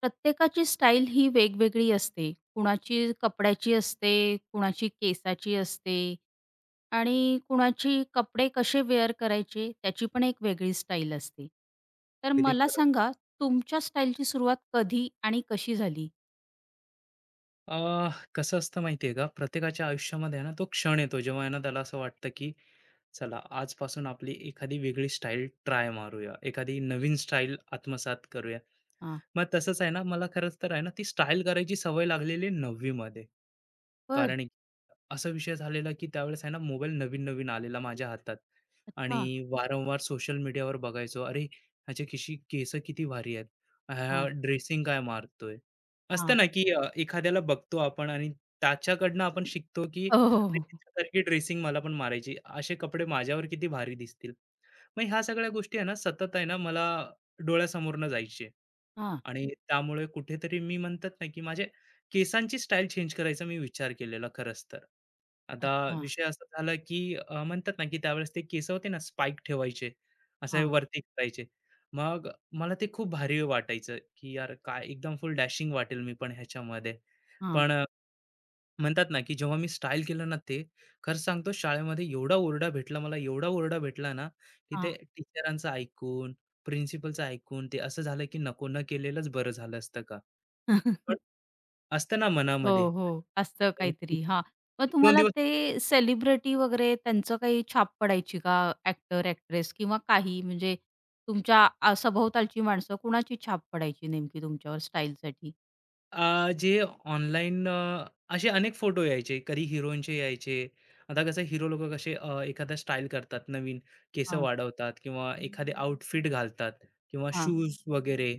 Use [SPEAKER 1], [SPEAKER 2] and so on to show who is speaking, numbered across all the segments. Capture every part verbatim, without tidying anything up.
[SPEAKER 1] प्रत्येकाची स्टाईल ही वेगवेगळी असते. कुणाची कपड्याची असते, कुणाची केसाची असते आणि कुणाची कपडे कसे वेअर करायचे त्याची पण एक वेगळी स्टाईल असते. तर
[SPEAKER 2] अगदी
[SPEAKER 1] मला
[SPEAKER 2] खरं.
[SPEAKER 1] सांगा तुमच्या स्टाईलची सुरुवात कधी आणि कशी झाली?
[SPEAKER 2] अ, कसं असतं माहिती का, प्रत्येकाच्या आयुष्यामध्ये आहे ना तो क्षण येतो, जेव्हा आहे ना त्याला असं वाटतं, की चला आजपासून आपली एखादी वेगळी स्टाईल ट्राय मारूया, एखादी नवीन स्टाईल आत्मसात करूया.
[SPEAKER 1] हां.
[SPEAKER 2] मग तसंच आहे ना, मला खरंच तर आहे ना, ती स्टाईल करायची सवय लागलेली नववी मध्ये.
[SPEAKER 1] बरं.
[SPEAKER 2] कारण एक असा विषय झालेला, की त्यावेळेस आहे ना, मोबाईल नवीन-नवीन आलेला माझ्या हातात
[SPEAKER 1] अच्छा.
[SPEAKER 2] आणि वारंवार सोशल मीडियावर बघायचो. अरे, ह्याचे खिशी केसं किती भारी आहेत. हा
[SPEAKER 1] हां,
[SPEAKER 2] ड्रेसिंग काय मारतोय. असतं
[SPEAKER 1] हां.
[SPEAKER 2] ना, की अ, एखाद्याला बघतो आपण आणि त्याच्याकडनं आपण शिकतो, की
[SPEAKER 1] हो, हो,
[SPEAKER 2] अरे,
[SPEAKER 1] हो.
[SPEAKER 2] त्याच्यासारखी ड्रेसिंग मला पण मारायची. असे कपडे माझ्यावर किती भारी दिसतील. मग ह्या सगळ्या गोष्टी आहे ना, सतत आहे ना, मला डोळ्यासमोरनं जायचे
[SPEAKER 1] हां.
[SPEAKER 2] आणि त्यामुळे कुठेतरी मी म्हणतात ना, की माझे केसांची स्टाईल चेंज करायचा मी विचार केलेला खरंच तर. आता
[SPEAKER 1] अच्छा.
[SPEAKER 2] विषय असा झाला, की अ, म्हणतात ना, की त्यावेळेस ते केस होते ना स्पाइक ठेवायचे, असे
[SPEAKER 1] हां,
[SPEAKER 2] वरती करायचे. मग मला ते खूप भारी वाटायचं, की यार काय एकदम फुल डॅशिंग वाटेल मी पण ह्याच्यामध्ये.
[SPEAKER 1] हां,
[SPEAKER 2] पण म्हणतात ना, की जेव्हा मी स्टाईल केलं ना ते, खरं सांगतो शाळेमध्ये एवढा ओरडा भेटला मला, एवढा ओरडा भेटला ना, की ते
[SPEAKER 1] हां.
[SPEAKER 2] टीचरांचं ऐकून, प्रिन्सिपलचं ऐकून ते असं झालं की नको, न केलेलंच बरं झालं असतं का? पण असतं ना
[SPEAKER 1] हो,
[SPEAKER 2] मनामध्ये.
[SPEAKER 1] हो. असतं काहीतरी. हां. मग
[SPEAKER 2] एक-दोन
[SPEAKER 1] तुम्हाला
[SPEAKER 2] दिवस
[SPEAKER 1] ते सेलिब्रिटी वगैरे त्यांचं काही छाप पडायची का ॲक्टर, ॲक्ट्रेस किंवा काही म्हणजे तुमच्या अ, सभोवतालची माणसं कुणाची छाप पडायची नेमकी तुमच्यावर स्टाईलसाठी?
[SPEAKER 2] अ, जे ऑनलाईन अ, असे अनेक फोटो यायचे. कधी हिरोईनचे यायचे. आता कसं हिरो लोकं कसे अ, एखादा स्टाईल करतात नवीन, केस
[SPEAKER 1] हां,
[SPEAKER 2] वाढवतात किंवा एखादे आउटफिट घालतात किंवा हं.
[SPEAKER 1] हां.
[SPEAKER 2] शूज वगैरे.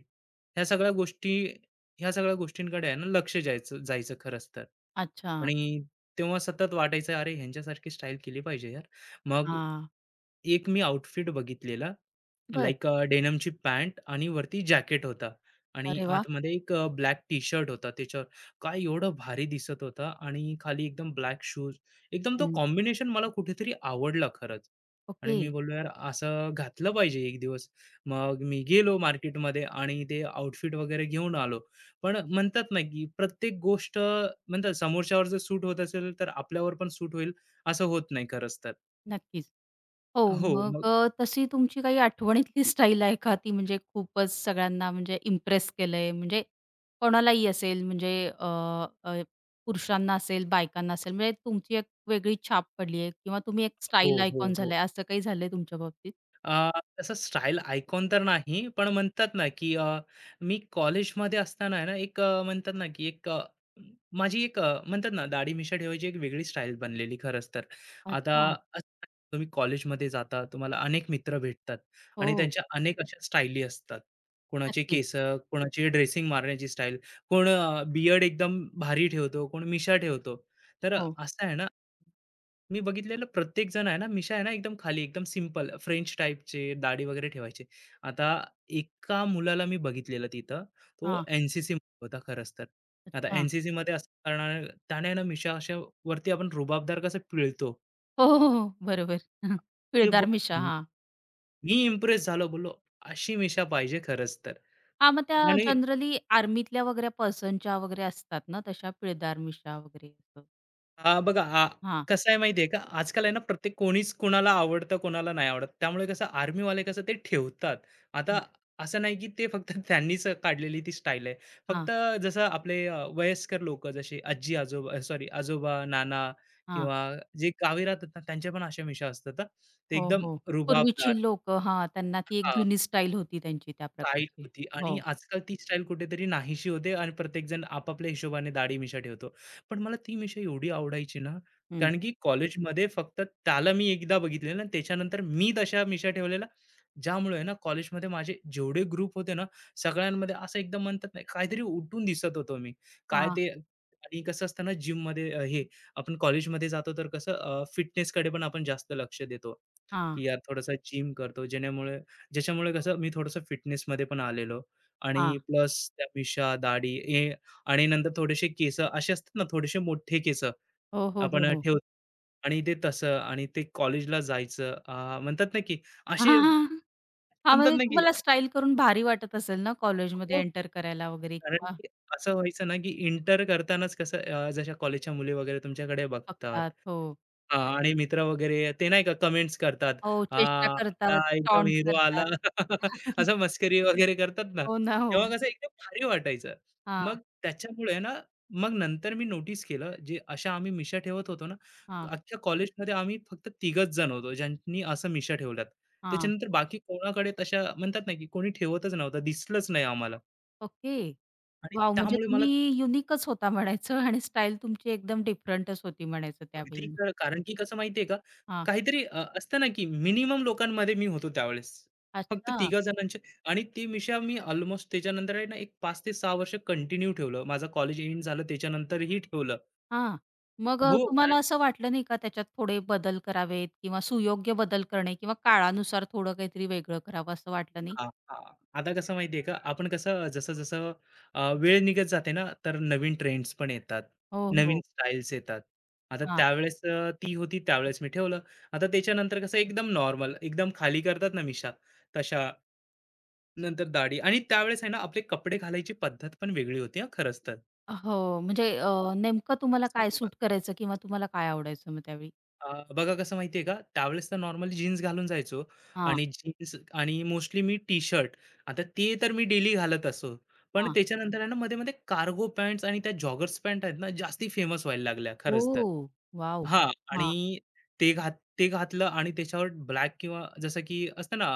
[SPEAKER 2] ह्या सगळ्या गोष्टी ह्या सगळ्या गोष्टींकडे आहे ना लक्ष जायचं जायचं खरंच तर.
[SPEAKER 1] अच्छा.
[SPEAKER 2] आणि तेव्हा सतत वाटायचं, "अरे ह्यांच्यासारखी स्टाईल केली पाहिजे यार." मग
[SPEAKER 1] हां.
[SPEAKER 2] एक मी आउटफिट बघितलेला.
[SPEAKER 1] बरं.
[SPEAKER 2] लाइक डेनमची डेनिमची पॅन्ट आणि वरती जॅकेट होता आणि
[SPEAKER 1] अरे वाह!
[SPEAKER 2] आतमध्ये एक अ, ब्लॅक टी शर्ट होता त्याच्यावर. काय एवढं भारी दिसत होता आणि खाली एकदम ब्लॅक शूज. एकदम तो
[SPEAKER 1] हं.
[SPEAKER 2] कॉम्बिनेशन मला कुठेतरी आवडला खरंच. आणि
[SPEAKER 1] ओके.
[SPEAKER 2] मी बोललो, "यार असं घातलं पाहिजे एक दिवस." मग मी गेलो मार्केटमध्ये आणि ते आउटफिट वगैरे घेऊन आलो. पण म्हणतात ना, की प्रत्येक गोष्ट म्हणतात समोरच्यावर जर सूट होत असेल, तर आपल्यावर पण सूट होईल असं होत नाही खरंच तर.
[SPEAKER 1] नक्कीच. हो,
[SPEAKER 2] हो,
[SPEAKER 1] मग
[SPEAKER 2] मग
[SPEAKER 1] अ, तशी तुमची काही आठवणीतली स्टाईल आहे का ती म्हणजे खूपच सगळ्यांना म्हणजे इम्प्रेस केलंय? म्हणजे कोणालाही असेल म्हणजे अ, अ, पुरुषांना असेल, बायकांना असेल म्हणजे तुमची एक वेगळी छाप पडली आहे किंवा तुम्ही एक
[SPEAKER 2] हो,
[SPEAKER 1] स्टाईल
[SPEAKER 2] हो,
[SPEAKER 1] आयकॉन
[SPEAKER 2] हो.
[SPEAKER 1] झालाय असं काही झालंय तुमच्या बाबतीत?
[SPEAKER 2] अ, तसं स्टाईल आयकॉन तर नाही, पण म्हणतात ना, की अ, मी कॉलेजमध्ये असताना आहे ना, एक अ, म्हणतात ना, की एक अ, म- माझी एक अ, म्हणतात ना, दाढी-मिशा ठेवायची एक वेगळी स्टाईल बनलेली खरंच तर. आता
[SPEAKER 1] अच्छा.
[SPEAKER 2] असं आहे, तुम्ही कॉलेजमध्ये जाता, तुम्हाला अनेक मित्र भेटतात आणि
[SPEAKER 1] हो,
[SPEAKER 2] त्यांच्या अनेक अशा स्टाईली असतात. कोणाचे
[SPEAKER 1] नक्कीच.
[SPEAKER 2] केसं, कोणाची ड्रेसिंग मारण्याची स्टाईल, कोण बियर्ड एकदम भारी ठेवतो, कोण मिशा ठेवतो. तर
[SPEAKER 1] हो.
[SPEAKER 2] असं आहे ना मी बघितलेलं प्रत्येक जण आहे ना, मिशा आहे ना, एकदम खाली एकदम सिंपल फ्रेंच टाइपचे दाढी वगैरे ठेवायचे. आता एका मुलाला मी बघितलेलं तिथं, तो
[SPEAKER 1] हां.
[SPEAKER 2] एन-सी-सी होता खरंच तर. आता
[SPEAKER 1] अच्छा.
[SPEAKER 2] एन-सी-सीमध्ये असं करणार त्याने ना मिशा अशा वरती आपण रुबाबदार कसं पिळतो.
[SPEAKER 1] हो, हो, हो. बरोबर.
[SPEAKER 2] हे बघ
[SPEAKER 1] पिळदार मिशा. हां.
[SPEAKER 2] मी इम्प्रेस झालो. बोललो, "अशी मिशा पाहिजे खरंच तर."
[SPEAKER 1] हां, मग त्या
[SPEAKER 2] आणि
[SPEAKER 1] जनरली आर्मीतल्या वगैरे पर्सनच्या वगैरे असतात ना तशा पिळदार मिशा वगैरे असं.
[SPEAKER 2] हां, बघा आ
[SPEAKER 1] हां.
[SPEAKER 2] कसं आहे माहिती का, आजकाल आहे ना प्रत्येक कोणीच कोणाला आवडतं, कोणाला नाही आवडत. त्यामुळे कसं आर्मीवाले कसं ते ठेवतात. आता
[SPEAKER 1] हं.
[SPEAKER 2] असं नाही की ते फक्त त्यांनीच काढलेली ती स्टाईल आहे.
[SPEAKER 1] हां.
[SPEAKER 2] फक्त जसं आपले अ, वयस्कर लोकं जसे आजी-आजोबा सॉरी आजोबा, नाना
[SPEAKER 1] हां.
[SPEAKER 2] किंवा जे गावी राहतात ना, त्यांच्या पण अशा मिशा असतात हां. ते
[SPEAKER 1] हो,
[SPEAKER 2] एकदम
[SPEAKER 1] हो. पूर्वीची
[SPEAKER 2] रुबाबदार.
[SPEAKER 1] लोकं हां, त्यांना ती एक जुनी स्टाईल होती त्यांची त्या
[SPEAKER 2] स्टाईल
[SPEAKER 1] प्रकारची.
[SPEAKER 2] होती आणि
[SPEAKER 1] हो.
[SPEAKER 2] आजकाल ती स्टाईल कुठेतरी नाहीशी होते आणि प्रत्येकजण आपापल्या हिशोबाने दाढी मिशा ठेवतो. पण मला ती मिशा एवढी आवडायची ना,
[SPEAKER 1] हं.
[SPEAKER 2] कारण की कॉलेजमध्ये फक्त त्याला मी एकदा बघितलेलं आणि त्याच्यानंतर मी तशा मिशा ठेवलेल्या. ज्यामुळे आहे ना कॉलेजमध्ये माझे जेवढे ग्रुप होते ना, सगळ्यांमध्ये असं एकदम म्हणतात ना, काहीतरी उठून दिसत होतो मी. काय
[SPEAKER 1] हां,
[SPEAKER 2] ते आणि कसं असतं ना जिममध्ये अ, हे आपण कॉलेजमध्ये जातो तर कसं अ, फिटनेसकडे पण आपण जास्त लक्ष देतो,
[SPEAKER 1] हां,
[SPEAKER 2] की यार थोडंसं जिम करतो जेणेमुळे ज्याच्यामुळे कसं मी थोडंसं फिटनेसमध्ये पण आलेलो आणि
[SPEAKER 1] हां.
[SPEAKER 2] प्लस त्या मिशा, दाढी हे आणि नंतर थोडेसे केस असे असतात ना, थोडेसे मोठे केस
[SPEAKER 1] हो, हो,
[SPEAKER 2] आपण
[SPEAKER 1] हो,
[SPEAKER 2] अ,
[SPEAKER 1] हो.
[SPEAKER 2] ठेवतो आणि ते तसं आणि ते कॉलेजला जायचं. अ, म्हणतात ना, की असे
[SPEAKER 1] हां,
[SPEAKER 2] म्हणतात
[SPEAKER 1] म्हणजे
[SPEAKER 2] ना, की
[SPEAKER 1] तुम्हाला स्टाईल करून भारी वाटत असेल ना कॉलेजमध्ये
[SPEAKER 2] खूप
[SPEAKER 1] एंटर करायला वगैरे
[SPEAKER 2] कारण
[SPEAKER 1] किंवा
[SPEAKER 2] की असं व्हायचं ना, की इंटर करतानाच कसं अ, जशा कॉलेजच्या मुली वगैरे तुमच्याकडे बघतात.
[SPEAKER 1] बघतात. हो.
[SPEAKER 2] हां आणि मित्र वगैरे ते नाही का कमेंट्स करतात.
[SPEAKER 1] हो,
[SPEAKER 2] "आ,
[SPEAKER 1] चेष्टा करतात,
[SPEAKER 2] आला एकदम
[SPEAKER 1] टॉन्ट
[SPEAKER 2] हिरो आला."
[SPEAKER 1] करतात.
[SPEAKER 2] असं मस्करी वगैरे करतात ना,
[SPEAKER 1] हो ना, हो.
[SPEAKER 2] तेव्हा कसं एकदम भारी वाटायचं.
[SPEAKER 1] हां,
[SPEAKER 2] मग त्याच्यामुळे ना, मग नंतर मी नोटीस केलं, जे अशा आम्ही मिशा ठेवत होतो ना,
[SPEAKER 1] हां,
[SPEAKER 2] अख्ख्या कॉलेजमध्ये आम्ही फक्त तिघंच जण होतो, ज्यांनी असं मिशा ठेवल्यात.
[SPEAKER 1] हां.
[SPEAKER 2] त्याच्यानंतर बाकी कोणाकडे तशा म्हणतात ना, की कोणी ठेवतच नव्हतं, दिसलंच नाही आम्हाला.
[SPEAKER 1] ओके.
[SPEAKER 2] आणि
[SPEAKER 1] वॉव! म्हणजे
[SPEAKER 2] त्यामुळे मला
[SPEAKER 1] तुम्ही युनिकच होता म्हणायचं आणि स्टाईल तुमची एकदम डिफरंटच होती म्हणायचं
[SPEAKER 2] अगदी
[SPEAKER 1] त्यावेळी.
[SPEAKER 2] क कारण की कसं माहितीये का,
[SPEAKER 1] हां,
[SPEAKER 2] काहीतरी अ, असतं ना, की मिनिमम लोकांमध्ये मी होतो त्यावेळेस. फक्त
[SPEAKER 1] अच्छा.
[SPEAKER 2] तिघा जणांचे आणि ती मिशा मी अल्मोस्ट त्याच्यानंतर आहे ना, एक पाच ते सहा वर्ष कंटिन्यू ठेवलं. माझं कॉलेज एंड झालं त्याच्यानंतरही ठेवलं.
[SPEAKER 1] हां. मग अ,
[SPEAKER 2] हो, कारण
[SPEAKER 1] तुम्हाला असं वाटलं नाही का त्याच्यात थोडे बदल करावेत किंवा सुयोग्य बदल करणे किंवा काळानुसार थोडं काहीतरी वेगळं करावं असं वाटलं नाही?
[SPEAKER 2] हां, हां. आता कसं माहितीये का, आपण कसं जसं-जसं अ, वेळ निघत जाते ना, तर नवीन ट्रेंड्स पण येतात.
[SPEAKER 1] हो,
[SPEAKER 2] नवीन
[SPEAKER 1] हो.
[SPEAKER 2] स्टाईल्स येतात. आता
[SPEAKER 1] हां.
[SPEAKER 2] त्यावेळेस अ, ती होती त्यावेळेस मी ठेवलं. आता त्याच्यानंतर कसं एकदम नॉर्मल, एकदम खाली करतात ना मिशा, तशा नंतर दाढी आणि त्यावेळेस आहे ना, आपले कपडे घालायची पद्धत पण वेगळी होती हां, खरंच तर.
[SPEAKER 1] हो, म्हणजे अ, नेमकं तुम्हाला काय सूट करायचं किंवा तुम्हाला काय आवडायचं मग त्यावेळी?
[SPEAKER 2] अ, बघा कसं माहितीये का, त्यावेळेस तर नॉर्मली जीन्स घालून जायचो
[SPEAKER 1] हां,
[SPEAKER 2] आणि जीन्स आणि मोस्टली मी टी-शर्ट. आता ते तर मी डेली घालत असो. पण
[SPEAKER 1] हां.
[SPEAKER 2] त्याच्यानंतर आहे ना, मध्ये-मध्ये कार्गो पॅन्ट्स आणि त्या जॉगर्स पॅन्ट आहेत ना, जास्ती फेमस व्हायला लागल्या खरंच तर.
[SPEAKER 1] ओह! वॉव!
[SPEAKER 2] हां
[SPEAKER 1] हां,
[SPEAKER 2] आणि ते घात ते घातलं आणि त्याच्यावर ब्लॅक किंवा जसं की असतं ना,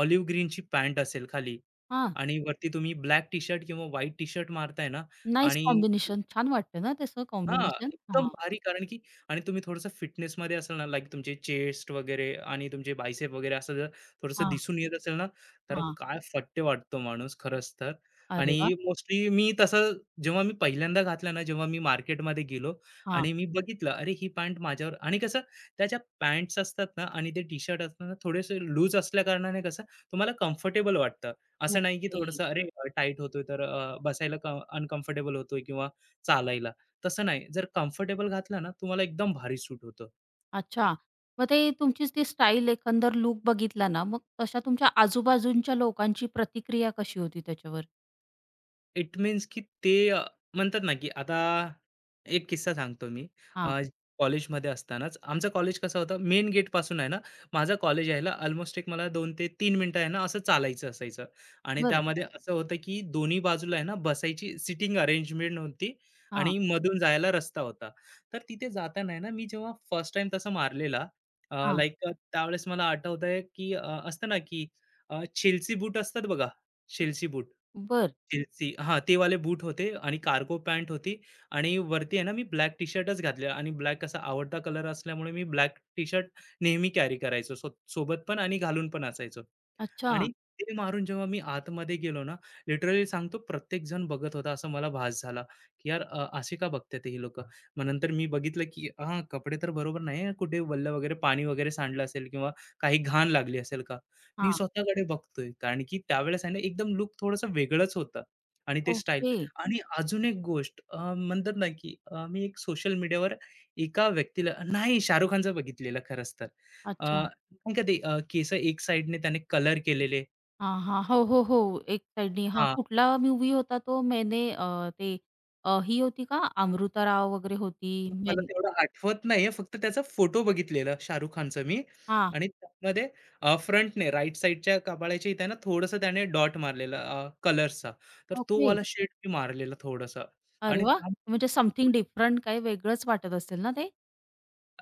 [SPEAKER 2] ऑलिव्ह ग्रीनची पॅन्ट असेल खाली
[SPEAKER 1] हां.
[SPEAKER 2] आणि वरती तुम्ही ब्लॅक टी-शर्ट किंवा व्हाईट टी-शर्ट मारताय ना
[SPEAKER 1] नाईस
[SPEAKER 2] आणि
[SPEAKER 1] कॉम्बिनेशन. छान वाटतं ना तसं
[SPEAKER 2] हां,
[SPEAKER 1] कॉम्बिनेशन?
[SPEAKER 2] एकदम
[SPEAKER 1] हां,
[SPEAKER 2] भारी कारण की आणि तुम्ही थोडंसं फिटनेसमध्ये असाल ना, लाइक तुमचे चेस्ट वगैरे आणि तुमचे बायसेप वगैरे असं जर थोडंसं
[SPEAKER 1] हां,
[SPEAKER 2] दिसून येत असेल ना, तर
[SPEAKER 1] हां.
[SPEAKER 2] काय फट्टे वाटतो माणूस खरंच तर.
[SPEAKER 1] अरे
[SPEAKER 2] आणि
[SPEAKER 1] वाह!
[SPEAKER 2] मोस्टली मी तसं जेव्हा मी पहिल्यांदा घातलं ना, जेव्हा मी मार्केटमध्ये गेलो
[SPEAKER 1] हां,
[SPEAKER 2] आणि मी बघितलं, अरे ही पॅन्ट माझ्यावर आणि कसं त्या पॅन्ट्स असतात ना आणि ते टी-शर्ट असतात ना, थोडेसे लूज असल्याकारणाने कसं तुम्हाला कम्फर्टेबल वाटतं. असं नाही की
[SPEAKER 1] ओके.
[SPEAKER 2] थोडंसं अरे टाईट होतोय, तर अ, बसायला अनकम्फर्टेबल होतोय किंवा चालायला. तसं नाही, जर कम्फर्टेबल घातला ना, तुम्हाला एकदम भारी सूट होतं.
[SPEAKER 1] अच्छा. मग ते तुमचीच ती स्टाईल एकंदर लूक बघितला ना, मग तशा तुमच्या आजूबाजूंच्या लोकांची प्रतिक्रिया कशी होती त्याच्यावर?
[SPEAKER 2] इट मीन्स की ते अ, म्हणतात ना की आता एक किस्सा सांगतो मी.
[SPEAKER 1] हां.
[SPEAKER 2] अ, कॉलेजमध्ये असतानाच आमचं कॉलेज कसं होतं मेन गेटपासून आहे ना, माझं कॉलेज यायला अल्मोस्ट एक मला दोन ते तीन मिनिटं आहे ना, असं चालायचं असायचं. आणि
[SPEAKER 1] बरं.
[SPEAKER 2] त्यामध्ये असं होतं की दोन्ही बाजूला आहे ना, बसायची सीटिंग अरेंजमेंट होती
[SPEAKER 1] हां,
[SPEAKER 2] आणि मधून जायला रस्ता होता. तर तिथे जाताना आहे ना, मी जेव्हा फर्स्ट टाईम तसा मारलेला अ,
[SPEAKER 1] हां.
[SPEAKER 2] like त्यावेळेस मला आठवतंय की अ, असतं ना की अ, शेलसी बूट असतात बघा, शेलसी बूट.
[SPEAKER 1] बरं.
[SPEAKER 2] चेल्सी हां, ते वाले बूट होते आणि कार्गो पॅन्ट होती आणि वरती आहे ना, मी ब्लॅक टी-शर्टच घातलेलं आणि ब्लॅक असा आवडता कलर असल्यामुळे मी ब्लॅक टी-शर्ट नेहमी कॅरी करायचो सो सोबत पण आणि घालून पण असायचो.
[SPEAKER 1] अच्छा.
[SPEAKER 2] आणि ते मारून जेव्हा मी आतमध्ये गेलो ना, लिटरली सांगतो प्रत्येक जण बघत होता असं मला भास झाला, की यार अ, असे का बघतात ही लोकं? मग नंतर मी बघितलं, की हां, कपडे तर बरोबर नाही आहे, कुठे वल्लं वगैरे पाणी वगैरे सांडलं असेल किंवा काही घाण लागली असेल का?
[SPEAKER 1] हां.
[SPEAKER 2] मी स्वतःकडे बघतोय. कारण की त्यावेळेस आहे ना, एकदम लूक थोडंसं वेगळंच होतं आणि ते स्टाईल.
[SPEAKER 1] ओके.
[SPEAKER 2] आणि अजून एक गोष्ट अ, म्हणतात ना, की अ, मी एक सोशल मीडियावर एका व्यक्तीला नाही शाहरुख खानचं बघितलेलं खरंच तर. अ,
[SPEAKER 1] अच्छा.
[SPEAKER 2] नाही का ते अ, केस एक साइडने त्याने कलर केलेले.
[SPEAKER 1] हां, हां. हो, हो, हो. एक साइडनी हां,
[SPEAKER 2] हां,
[SPEAKER 1] कुठला मूव्ही होता तो? मैंने अ, ते अ, ही होती का अमृता राव वगैरे होती.
[SPEAKER 2] मला
[SPEAKER 1] मैंने
[SPEAKER 2] तेवढं आठवत नाहीये. फक्त त्याचा फोटो बघितलेला शाहरुख खानचा मी
[SPEAKER 1] हां.
[SPEAKER 2] आणि त्यामध्ये फ्रंटने राइट साइडच्या कपाळाच्या इथे ना, थोडंसं त्याने डॉट मारलेला अ, तर तो
[SPEAKER 1] ओके.
[SPEAKER 2] वाला शेड मी मारलेला थोडासा
[SPEAKER 1] अरे
[SPEAKER 2] आणि
[SPEAKER 1] वाह! म्हणजे समथिंग डिफरंट काही वेगळंच वाटत असेल ना ते?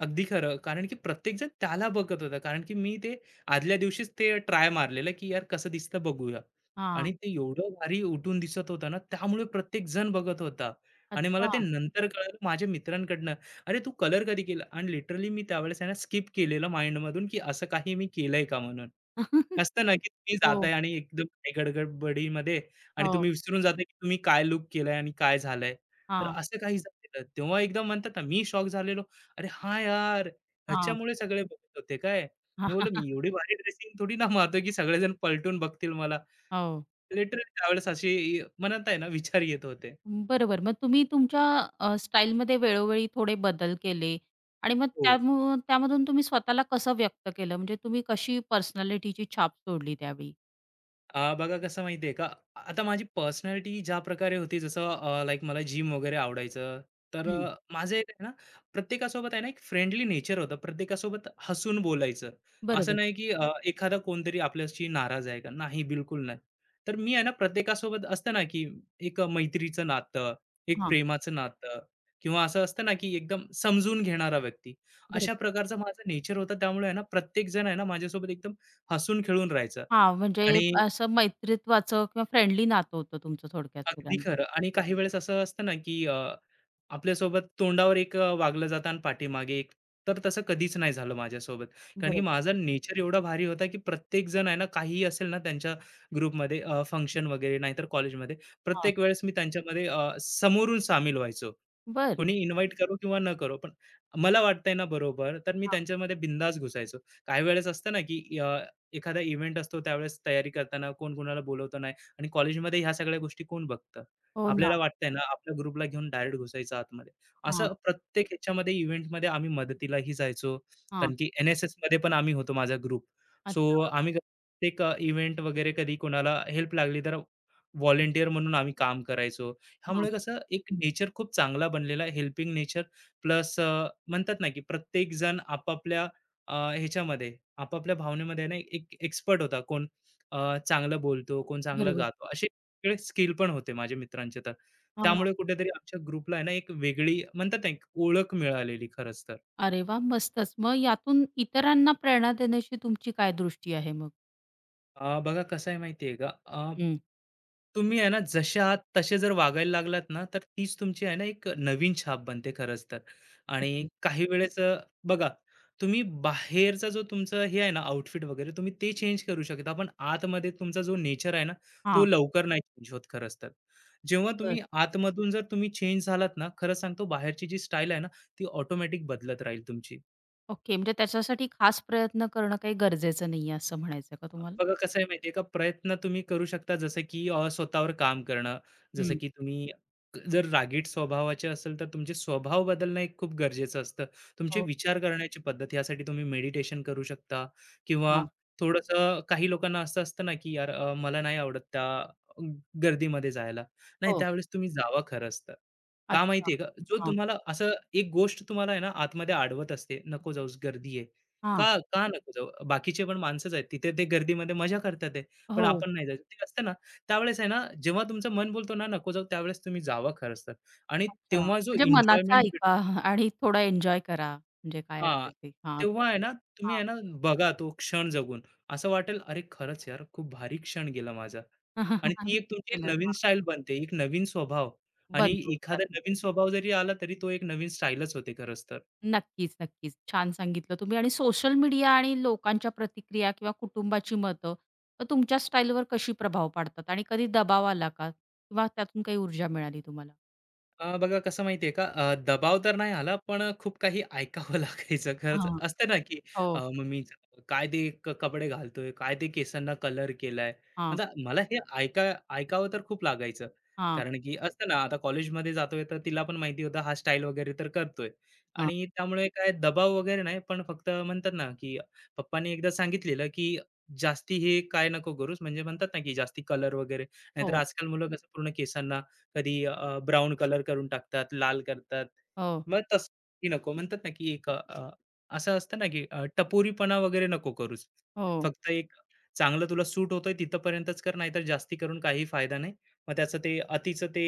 [SPEAKER 2] अगदी खरं. कारण की प्रत्येकजण त्याला बघत होता. कारण की मी ते आदल्या दिवशीच ते ट्राय मारलेलं, की यार कसं दिसतं बघूया.
[SPEAKER 1] हां.
[SPEAKER 2] आणि ते एवढं भारी उठून दिसत होतं ना, त्यामुळे प्रत्येकजण बघत होता. आणि मला
[SPEAKER 1] अच्छा.
[SPEAKER 2] ते नंतर कळालं माझ्या मित्रांकडनं, "अरे तू कलर कधी केला?" आणि लिटरली मी त्यावेळेस आहे ना स्किप केलेलं माइंडमधून, की असं काही मी केलंय का म्हणून. असतं ना, की तुम्ही
[SPEAKER 1] हो,
[SPEAKER 2] जाताय आणि एकदम गडबडीमध्ये आणि
[SPEAKER 1] हो.
[SPEAKER 2] तुम्ही विसरून जाताय, की तुम्ही काय लूक केलाय आणि काय झालंय. तर
[SPEAKER 1] हां,
[SPEAKER 2] असं काही झालेलं. तेव्हा एकदम म्हणतात ना, मी शॉक झालेलो. अरे हां यार,
[SPEAKER 1] हां.
[SPEAKER 2] ह्याच्यामुळे सगळे बघत होते काय? मी बोललो मी एवढी भारी ड्रेसिंग थोडी ना मारतो की सगळेजण पलटून बघतील मला.
[SPEAKER 1] हो.
[SPEAKER 2] लिटरली त्यावेळेस अशी मनात आहे ना विचार येत होते.
[SPEAKER 1] बरोबर. मग तुम्ही तुमच्या अ, स्टाईलमध्ये वेळोवेळी थोडे बदल केले आणि मग
[SPEAKER 2] हो.
[SPEAKER 1] त्यामु त्यामधून तुम्ही स्वतःला कसं व्यक्त केलं? म्हणजे तुम्ही कशी पर्सनॅलिटीची छाप सोडली त्यावेळी?
[SPEAKER 2] अ, बघा कसं माहितीये का आता माझी पर्सनॅलिटी ज्या प्रकारे होती जसं लाईक मला जिम वगैरे आवडायचं तर
[SPEAKER 1] हं.
[SPEAKER 2] अ, माझे आहे ना प्रत्येकासोबत आहे ना एक फ्रेंडली नेचर होतं प्रत्येकासोबत हसून बोलायचं असं
[SPEAKER 1] बरोबर.
[SPEAKER 2] नाही की अ, एखादा कोणतरी आपल्याशी नाराज आहे का नाही बिलकुल नाही तर मी आहे ना प्रत्येकासोबत असतं ना की एक मैत्रीचं नातं एक
[SPEAKER 1] हां.
[SPEAKER 2] प्रेमाचं नातं किंवा असं असतं ना की एकदम समजून घेणारा व्यक्ती अशा
[SPEAKER 1] बरोबर.
[SPEAKER 2] प्रकारचं माझं नेचर होतं त्यामुळे आहे ना प्रत्येक जण आहे ना माझ्यासोबत एकदम हसून खेळून राहायचं
[SPEAKER 1] हां, म्हणजे
[SPEAKER 2] आणि
[SPEAKER 1] असं मैत्रीत्वाचं किंवा फ्रेंडली नातं होतं तुमचं थोडक्यात
[SPEAKER 2] अगदी
[SPEAKER 1] सगळ्यांना.
[SPEAKER 2] खरं आणि काही वेळेस असं असतं ना, की अ, आपल्यासोबत तोंडावर एक अ, वागलं जातं आणि पाठीमागे एक. तर तसं कधीच नाही झालं माझ्यासोबत. कारण की
[SPEAKER 1] बरोबर.
[SPEAKER 2] माझा नेचर एवढा भारी होता, की प्रत्येक जण आहे ना, काहीही असेल ना त्यांच्या ग्रुपमध्ये अ, फंक्शन वगैरे नाहीतर कॉलेजमध्ये,
[SPEAKER 1] हां.
[SPEAKER 2] प्रत्येक वेळेस मी त्यांच्यामध्ये अ, समोरून सामील व्हायचो.
[SPEAKER 1] बरं.
[SPEAKER 2] कोणी इन्व्हाइट करो किंवा न करो, पण मला वाटतंय ना बरोबर, तर मी
[SPEAKER 1] हां.
[SPEAKER 2] त्यांच्यामध्ये बिंदास घुसायचो. काही वेळेस असतं ना, की अ, एखादा इव्हेंट असतो त्यावेळेस तयारी करताना कोण कोणाला बोलवतं नाही आणि कॉलेजमध्ये ह्या सगळ्या गोष्टी कोण बघतं?
[SPEAKER 1] हो ना.
[SPEAKER 2] आपल्याला वाटतंय ना, आपल्या ग्रुपला घेऊन डायरेक्ट घुसायचं आतमध्ये.
[SPEAKER 1] हां,
[SPEAKER 2] असं प्रत्येक ह्याच्यामध्ये इव्हेंटमध्ये आम्ही मदतीलाही जायचो,
[SPEAKER 1] हां.
[SPEAKER 2] कारण की एन-एस-एसमध्ये पण आम्ही होतो माझा ग्रुप. सो
[SPEAKER 1] अच्छा.
[SPEAKER 2] आम्ही प्रत्येक अ, इव्हेंट वगैरे कधी कोणाला हेल्प लागली तर व्हॉलंटियर म्हणून आम्ही काम करायचो.
[SPEAKER 1] हां.
[SPEAKER 2] ह्यामुळे कसं एक नेचर खूप चांगला बनलेला हेल्पिंग नेचर प्लस म्हणतात ना की प्रत्येक जण आपापल्या अ, ह्याच्यामध्ये आपापल्या भावनेमध्ये ना एक एक्सपर्ट होता कोण अ, चांगलं बोलतो कोण चांगलं
[SPEAKER 1] बरोबर.
[SPEAKER 2] गातो असे वेगळे स्किल पण होते माझ्या मित्रांचे तर त्यामुळे
[SPEAKER 1] हां.
[SPEAKER 2] कुठेतरी आमच्या ग्रुपला आहे ना एक वेगळी म्हणतात ना एक ओळख मिळालेली खरंच तर.
[SPEAKER 1] अरे वाह! मस्तच. मग यातून इतरांना प्रेरणा देण्याची तुमची काय दृष्टी आहे मग?
[SPEAKER 2] अ, बघा कसं आहे माहिती का? अ,
[SPEAKER 1] हं.
[SPEAKER 2] तुम्ही आहे ना जसे आहात तसे जर वागायला लागलात ना, तर तीच तुमची आहे ना एक नवीन छाप बनते खरंच तर. आणि काही वेळेस अ, बघा तुम्ही बाहेरचा जो तुमचं हे आहे ना आउटफिट वगैरे तुम्ही ते चेंज करू शकता. पण आतमध्ये तुमचा जो नेचर आहे ना, तो
[SPEAKER 1] हां.
[SPEAKER 2] लवकर नाही चेंज होत खरंच तर. जेव्हा
[SPEAKER 1] बरं.
[SPEAKER 2] तुम्ही आतमधून जर तुम्ही चेंज झालात ना, खरं सांगतो बाहेरची जी स्टाईल आहे ना, ती ऑटोमॅटिक बदलत राहील तुमची.
[SPEAKER 1] ओके. म्हणजे त्याच्यासाठी खास प्रयत्न करणं काही गरजेचं नाहीये असं म्हणायचं का तुम्हाला?
[SPEAKER 2] बघा कसं आहे माहिती आहे का, प्रयत्न तुम्ही करू शकता जसं की अ, स्वतःवर काम करणं, जसं
[SPEAKER 1] हं.
[SPEAKER 2] की तुम्ही जर रागीट स्वभावाचे असेल तर तुमचे स्वभाव बदलणं एक खूप गरजेचं असतं. तुमचे
[SPEAKER 1] हो.
[SPEAKER 2] विचार करण्याची पद्धत यासाठी तुम्ही मेडिटेशन करू शकता किंवा
[SPEAKER 1] हां.
[SPEAKER 2] थोडंसं काही लोकांना असं असतं ना, की यार अ, मला नाही आवडत त्या गर्दीमध्ये जायला. नाही
[SPEAKER 1] हो.
[SPEAKER 2] त्यावेळेस तुम्ही जावा खरंच तर. का
[SPEAKER 1] अच्छा.
[SPEAKER 2] माहिती का, जो
[SPEAKER 1] हां.
[SPEAKER 2] तुम्हाला असं एक गोष्ट तुम्हाला आहे ना आतमध्ये अडवत असते, नको जाऊस गर्दी आहे.
[SPEAKER 1] हां.
[SPEAKER 2] का का नको जाऊ? बाकीचे पण माणसंच आहेत. तिथे ते गर्दीमध्ये मजा करतात आहे. पण
[SPEAKER 1] हो.
[SPEAKER 2] आपण नाही जायचं. ते असतं ना, त्यावेळेस आहे ना, जेव्हा तुमचं मन बोलतो ना, नको जाऊ, त्यावेळेस तुम्ही जावा खरंच तर. आणि
[SPEAKER 1] अच्छा.
[SPEAKER 2] तेव्हा जो
[SPEAKER 1] म्हणजे मनाचं
[SPEAKER 2] एन्जॉयमेंट भेट
[SPEAKER 1] ऐका आणि थोडा एन्जॉय करा. म्हणजे काय असेल ते. हां.
[SPEAKER 2] तेव्हा आहे ना, तुम्ही
[SPEAKER 1] हां.
[SPEAKER 2] आहे ना, बघा तो क्षण जगून. असं वाटेल, "अरे खरंच यार, खूप भारी क्षण गेला माझा." आणि ती एक तुमची एक
[SPEAKER 1] केलं.
[SPEAKER 2] नवीन
[SPEAKER 1] हां.
[SPEAKER 2] स्टाईल बनते, एक नवीन स्वभाव आणि
[SPEAKER 1] बनतो
[SPEAKER 2] एखादा
[SPEAKER 1] त्यातून.
[SPEAKER 2] नवीन स्वभाव जरी आला, तरी तो एक नवीन स्टाईलच होते खरंच तर.
[SPEAKER 1] नक्कीच, नक्कीच. छान सांगितलं तुम्ही आणि सोशल मीडिया आणि लोकांच्या प्रतिक्रिया किंवा कुटुंबाची मतं तर तुमच्या स्टाईलवर कशी प्रभाव पाडतात आणि कधी दबाव आला का? किंवा त्यातून काही ऊर्जा मिळाली तुम्हाला?
[SPEAKER 2] अ, बघा कसं माहितीये का अ, दबाव तर नाही आला, पण अ, खूप काही ऐकावं लागायचं. खरंच
[SPEAKER 1] हां.
[SPEAKER 2] असतं ना, की अ,
[SPEAKER 1] हो.
[SPEAKER 2] मम्मीचं "काय ते क कपडे घालतोय? काय ते केसांना कलर केलाय?"
[SPEAKER 1] हां,
[SPEAKER 2] आता मला हे ऐका ऐकावं तर खूप लागायचं.
[SPEAKER 1] हां.
[SPEAKER 2] कारण की असतं ना, आता कॉलेजमध्ये जातोय तर तिला पण माहिती होतं हा स्टाईल वगैरे तर करतोय.
[SPEAKER 1] हां.
[SPEAKER 2] आणि त्यामुळे काय दबाव वगैरे नाही, पण फक्त म्हणतात ना, की पप्पांनी एकदा सांगितलेलं, की "जास्ती हे काय नको करूस." म्हणजे म्हणतात ना, की जास्ती कलर वगैरे. नाहीतर
[SPEAKER 1] हो,
[SPEAKER 2] आजकाल मुलं कसं पूर्ण केसांना कधी अ, ब्राउन कलर करून टाकतात, लाल करतात.
[SPEAKER 1] हो,
[SPEAKER 2] मग तसं नको म्हणतात ना, की एक अ, अ, असं असतं ना, की अ, टपोरीपणा वगैरे नको करूच.
[SPEAKER 1] हो.
[SPEAKER 2] फक्त एक चांगलं तुला सूट होतंय तिथपर्यंतच कर, नाहीतर जास्ती करून काही फायदा नाही. मग त्याचं ते अतीचं ते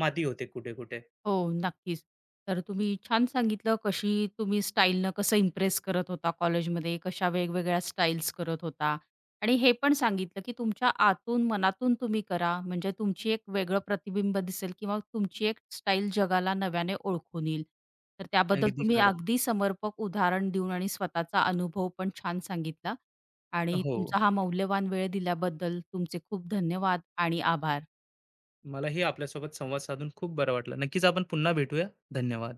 [SPEAKER 2] माती होते कुठे-कुठे.
[SPEAKER 1] हो, नक्कीच. तर तुम्ही छान सांगितलं कशी तुम्ही स्टाईलनं कसं इम्प्रेस करत होता कॉलेजमध्ये, कशा वेगवेगळ्या स्टाईल्स करत होता आणि हे पण सांगितलं, की तुमच्या आतून, मनातून तुम्ही करा, म्हणजे तुमची एक वेगळं प्रतिबिंब दिसेल किंवा तुमची एक स्टाईल जगाला नव्याने ओळखून येईल. तर त्याबद्दल
[SPEAKER 2] अगदी
[SPEAKER 1] तुम्ही
[SPEAKER 2] खरं.
[SPEAKER 1] अगदी समर्पक उदाहरण देऊन आणि स्वतःचा अनुभव पण छान सांगितला आणि
[SPEAKER 2] हो.
[SPEAKER 1] तुमचा हा मौल्यवान वेळ दिल्याबद्दल तुमचे खूप धन्यवाद आणि आभार.
[SPEAKER 2] मलाही आपल्यासोबत संवाद साधून खूप बरं वाटलं. नक्कीच आपण पुन्हा भेटूया. धन्यवाद.